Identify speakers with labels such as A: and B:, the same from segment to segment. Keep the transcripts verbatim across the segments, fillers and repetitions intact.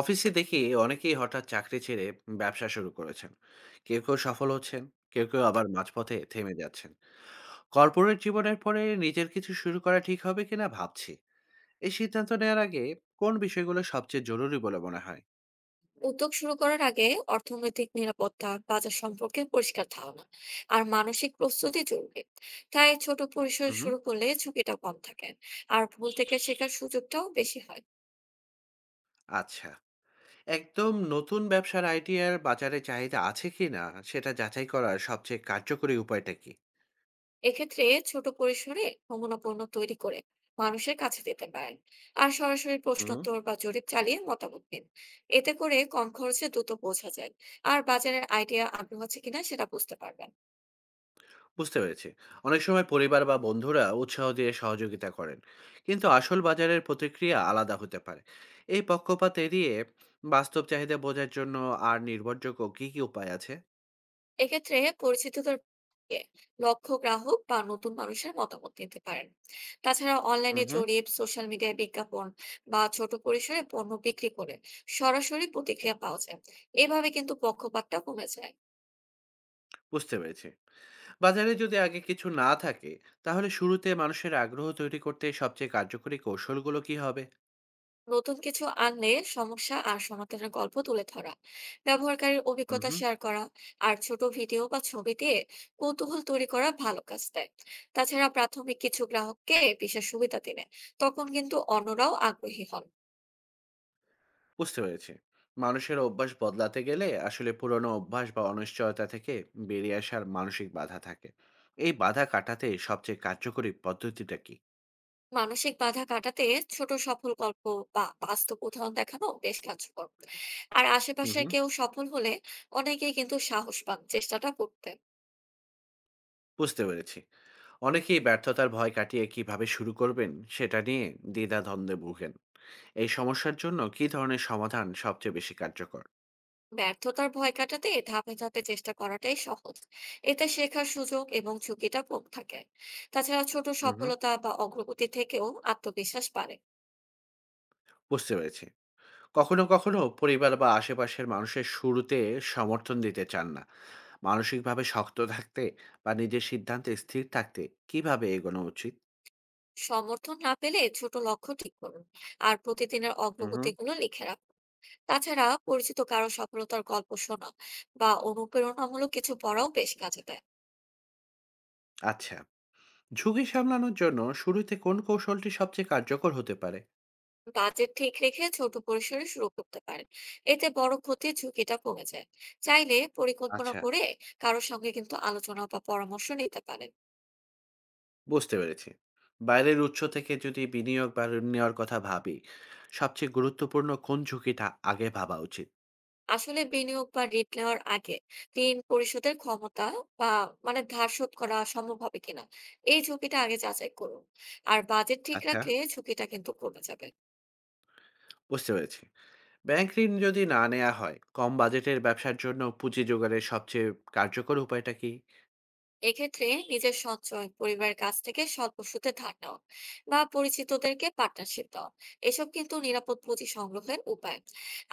A: অফিসে দেখি অনেকেই হঠাৎ চাকরি ছেড়ে ব্যবসা শুরু করেছেন। কেউ কেউ সফল হচ্ছেন, কেউ কেউ আবার মাঝপথে থেমে যাচ্ছেন। কর্পোরেট জীবনের পরে নিজের কিছু শুরু করা ঠিক হবে কিনা ভাবছি। এই সিদ্ধান্ত নেওয়ার আগে কোন বিষয়গুলো সবচেয়ে জরুরি বলে মনে হয়?
B: উদ্যোগ শুরু করার আগে অর্থনৈতিক নিরাপত্তা, বাজার সম্পর্কে পরিষ্কার ধারণা আর মানসিক প্রস্তুতি জরুরি। তাই ছোট পরিসরে
A: হুম।
B: শুরু করলে ঝুঁকিটা কম থাকে আর ভুল থেকে শেখার সুযোগটাও বেশি হয়।
A: আচ্ছা, একদম নতুন ব্যবসার আইডিয়ার বাজারে চাহিদা আছে কিনা সেটা যাচাই করার সবচেয়ে কার্যকরী উপায়টা কি?
B: এক্ষেত্রে ছোট পরিসরে নমুনা পণ্য তৈরি করে মানুষের কাছে দিতে পারেন আর সরাসরি প্রশ্নোত্তর বা জরিপ চালিয়ে মতামত দিন। এতে করে কম খরচে দ্রুত বোঝা যায় আর বাজারের আইডিয়া আগ্রহ আছে কিনা সেটা বুঝতে পারবেন।
A: বুঝতে পেরেছি। অনেক সময় পরিবার বা বন্ধুরা উৎসাহ দিয়ে সহযোগিতা করেন, কিন্তু আসল বাজারের প্রতিক্রিয়া আলাদা হতে পারে। এই পক্ষপাত এড়িয়ে বাস্তব চাহিদা বোঝার জন্য আর নির্ভরযোগ্য কি কি উপায় আছে?
B: এক্ষেত্রে পরিচিতদের থেকে লক্ষ্য গ্রাহক বা নতুন মানুষের মতামত নিতে পারেন। তাছাড়া
A: হুম
B: অনলাইনে
A: হুম।
B: জরিপ, সোশ্যাল মিডিয়ায় বিজ্ঞাপন বা ছোট পরিসরে পণ্য বিক্রি করে সরাসরি প্রতিক্রিয়া পাওয়া যায়। এভাবে কিন্তু পক্ষপাতটা কমে যায়।
A: বুঝতে পেরেছি। বাজারে যদি আগে কিছু না থাকে, তাহলে শুরুতে মানুষের আগ্রহ তৈরি করতে সবচেয়ে কার্যকরী কৌশলগুলো কি হবে?
B: নতুন কিছু আনলে সমস্যা আর সমাধানের গল্প তুলে ধরা, ব্যবহারকারীর অভিজ্ঞতা
A: হুম।
B: শেয়ার করা আর ছোট ভিডিও বা ছবি দিয়ে কৌতূহল তৈরি করা ভালো কাজ দেয়। তাছাড়া প্রাথমিক কিছু গ্রাহককে বিশেষ সুবিধা দিলে তখন কিন্তু অন্যরাও আগ্রহী হন।
A: বুঝতে পেরেছি। মানুষের অভ্যাস বদলাতে গেলে আসলে পুরনো অভ্যাস বা অনিশ্চয়তা থেকে বেরিয়ে আসার মানসিক বাধা থাকে। এই বাধা কাটাতে সবচেয়ে কার্যকরী পদ্ধতিটা কি?
B: মানসিক বাধা কাটাতে ছোট সফল গল্প বা বাস্তব উদাহরণ দেখানো বেশ কার্যকর। আর
A: হুম
B: আশেপাশে
A: হুম।
B: কেউ সফল হলে অনেকেই কিন্তু সাহস পান চেষ্টাটা করতে।
A: বুঝতে পেরেছি। অনেকেই ব্যর্থতার ভয় কাটিয়ে কিভাবে শুরু করবেন সেটা নিয়ে দ্বিধা দ্বন্দ্বে ভুগেন। এই সমস্যার জন্য কি ধরনের সমাধান সবচেয়ে বেশি কার্যকর?
B: ব্যর্থতার ভয় কাটাতে ধাপে ধাপে চেষ্টা করাটাই সহজ। এতে শেখার সুযোগ এবং ঝুঁকিটা কম থাকে। তাছাড়া ছোট
A: হুম হুম।
B: সফলতা বা অগ্রগতি থেকেও আত্মবিশ্বাস বাড়ে।
A: বুঝতে পেরেছি। কখনো কখনো পরিবার বা আশেপাশের মানুষের শুরুতে সমর্থন দিতে চান না। মানসিকভাবে শক্ত থাকতে বা নিজের সিদ্ধান্তে স্থির থাকতে কিভাবে এগোনো উচিত?
B: সমর্থন না পেলে ছোট লক্ষ্য ঠিক করুন আর প্রতিদিনের
A: হুম হুম।
B: অগ্রগতিগুলো লিখে রাখুন। তাছাড়া পরিচিত কারো সফলতার গল্প শোনা বা অনুপ্রেরণামূলক কিছু পড়াও বেশ কাজে দেয়।
A: আচ্ছা, ঝুঁকি সামলানোর জন্য শুরুতে কোন কৌশলটি সবচেয়ে কার্যকর হতে পারে?
B: বাজেট ঠিক রেখে ছোট পরিসরে শুরু করতে পারেন। এতে বড় ক্ষতির ঝুঁকিটা কমে যায়। চাইলে পরিকল্পনা
A: আচ্ছা।
B: করে কারো সঙ্গে কিন্তু আলোচনা বা পরামর্শ নিতে পারেন।
A: বুঝতে পেরেছি। বাইরের উৎস থেকে যদি বিনিয়োগ বা ঋণ নেওয়ার কথা ভাবি, সবচেয়ে গুরুত্বপূর্ণ কোন ঝুঁকিটা আগে ভাবা উচিত?
B: আসলে বিনিয়োগ বা ঋণ নেওয়ার আগে ঋণ পরিশোধের ক্ষমতা, বা মানে ধার শোধ করা সম্ভব হবে কিনা, এই ঝুঁকিটা আগে যাচাই করুন। আর বাজেট ঠিক
A: আচ্ছা।
B: রাখলে ঝুঁকিটা কিন্তু কমে যাবে।
A: বুঝতে পেরেছি। ব্যাংক ঋণ যদি না নেওয়া হয়, কম বাজেটের ব্যবসার জন্য পুঁজি জোগাড়ের সবচেয়ে কার্যকর উপায়টা কি?
B: এক্ষেত্রে নিজের সঞ্চয়, পরিবারের কাছ থেকে স্বল্প সুদে ধার নেওয়া বা পরিচিতদেরকে পার্টনারশিপ দেওয়া, এসব কিন্তু নিরাপদ পুঁজি সংগ্রহের উপায়।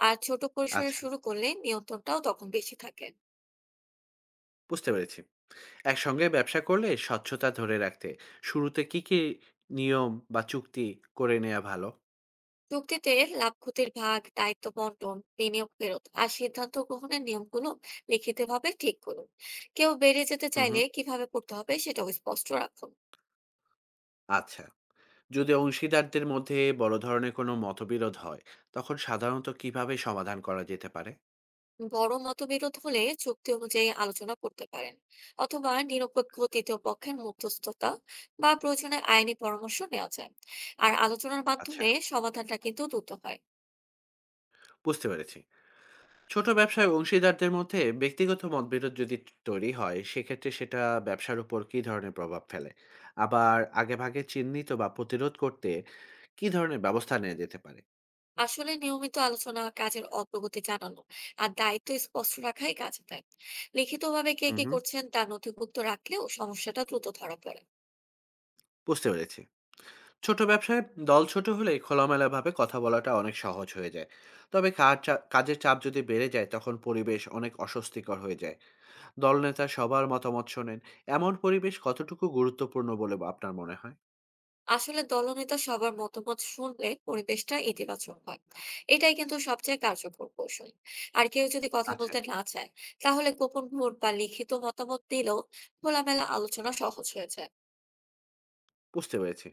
B: আর ছোট পরিসরে
A: আচ্ছা।
B: শুরু করলে নিয়ন্ত্রণটাও তখন বেশি থাকে।
A: বুঝতে পেরেছি। একসঙ্গে ব্যবসা করলে স্বচ্ছতা ধরে রাখতে শুরুতে কি কি নিয়ম বা চুক্তি করে নেওয়া ভালো?
B: চুক্তিতে লাভ ক্ষতির ভাগ, দায়িত্ব বন্টন, বিনিয়োগ ফেরত আর সিদ্ধান্ত গ্রহণের নিয়মগুলো লিখিতভাবে ঠিক করুন। কেউ বেড়ে যেতে
A: হুম
B: চাইলে
A: হুম।
B: কিভাবে করতে হবে সেটাও স্পষ্ট রাখুন।
A: আচ্ছা, যদি অংশীদারদের মধ্যে বড় ধরনের কোনো মতবিরোধ হয়, তখন সাধারণত কিভাবে সমাধান করা যেতে পারে?
B: বড় মতবিরোধ হলে চুক্তি অনুযায়ী আলোচনা করতে পারেন, অথবা নিরপেক্ষ তৃতীয় পক্ষের মধ্যস্থতা বা প্রয়োজনে আইনি পরামর্শ নেওয়া যায়। আর আলোচনার
A: আচ্ছা।
B: মাধ্যমে সমাধানটা কিন্তু দ্রুত হয়।
A: বুঝতে পেরেছি। ছোট ব্যবসায় অংশীদারদের মধ্যে ব্যক্তিগত মতবিরোধ যদি তৈরি হয়, সেক্ষেত্রে সেটা ব্যবসার উপর কি ধরনের প্রভাব ফেলে? আবার আগেভাগে চিহ্নিত বা প্রতিরোধ করতে কি ধরনের ব্যবস্থা নেওয়া যেতে পারে?
B: আসলে নিয়মিত আলোচনা, কাজের অগ্রগতি জানানো আর দায়িত্ব স্পষ্ট রাখাই কাজে দেয়। লিখিতভাবে কে
A: হুম
B: কি
A: হুম।
B: করছেন তা নথিভুক্ত রাখলেও সমস্যাটা দ্রুত ধরা পড়ে।
A: বুঝতে পেরেছি। ছোট ব্যবসায় দল ছোট হলে খোলামেলাভাবে কথা বলাটা অনেক সহজ হয়ে যায়। তবে কাজ চা- কাজের চাপ যদি বেড়ে যায় তখন পরিবেশ অনেক অস্বস্তিকর হয়ে যায়। দলনেতা সবার মতামত শোনেন, এমন পরিবেশ কতটুকু গুরুত্বপূর্ণ বলে বা- আপনার মনে হয়?
B: আসলে দলনেতা সবার মতামত শুনলে পরিবেশটা ইতিবাচক হয়। এটাই কিন্তু সবচেয়ে কার্যকর কৌশল। আর কেউ যদি কথা
A: আচ্ছা।
B: বলতে না চায়, তাহলে গোপন ভোট বা লিখিত মতামত দিলেও খোলামেলা আলোচনা সহজ হয়ে যায়।
A: বুঝতে পেরেছি।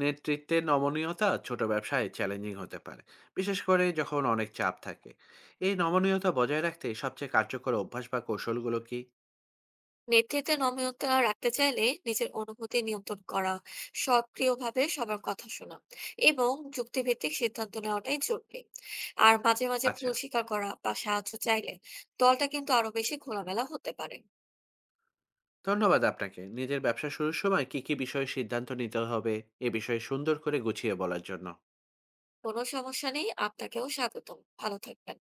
A: নেতৃত্বে নমনীয়তা ছোট ব্যবসায় চ্যালেঞ্জিং হতে পারে, বিশেষ করে যখন অনেক চাপ থাকে। এই নমনীয়তা বজায় রাখতে সবচেয়ে কার্যকর অভ্যাস বা কৌশলগুলো কি?
B: নেতৃত্বে নমনীয়তা রাখতে চাইলে নিজের অনুভূতি নিয়ন্ত্রণ করা, সক্রিয়ভাবে সবার কথা শোনা এবং যুক্তিভিত্তিক সিদ্ধান্ত নেওয়াটাই জরুরি। আর মাঝে মাঝে
A: আচ্ছা।
B: ভুল স্বীকার করা বা সাহায্য চাইলে দলটা কিন্তু আরো বেশি খোলামেলা হতে পারে।
A: ধন্যবাদ আপনাকে, নিজের ব্যবসা শুরুর সময় কি কি বিষয়ে সিদ্ধান্ত নিতে হবে এ বিষয়ে সুন্দর করে গুছিয়ে বলার জন্য।
B: কোনো সমস্যা নেই। আপনাকেও স্বাগতম। ভালো থাকবেন।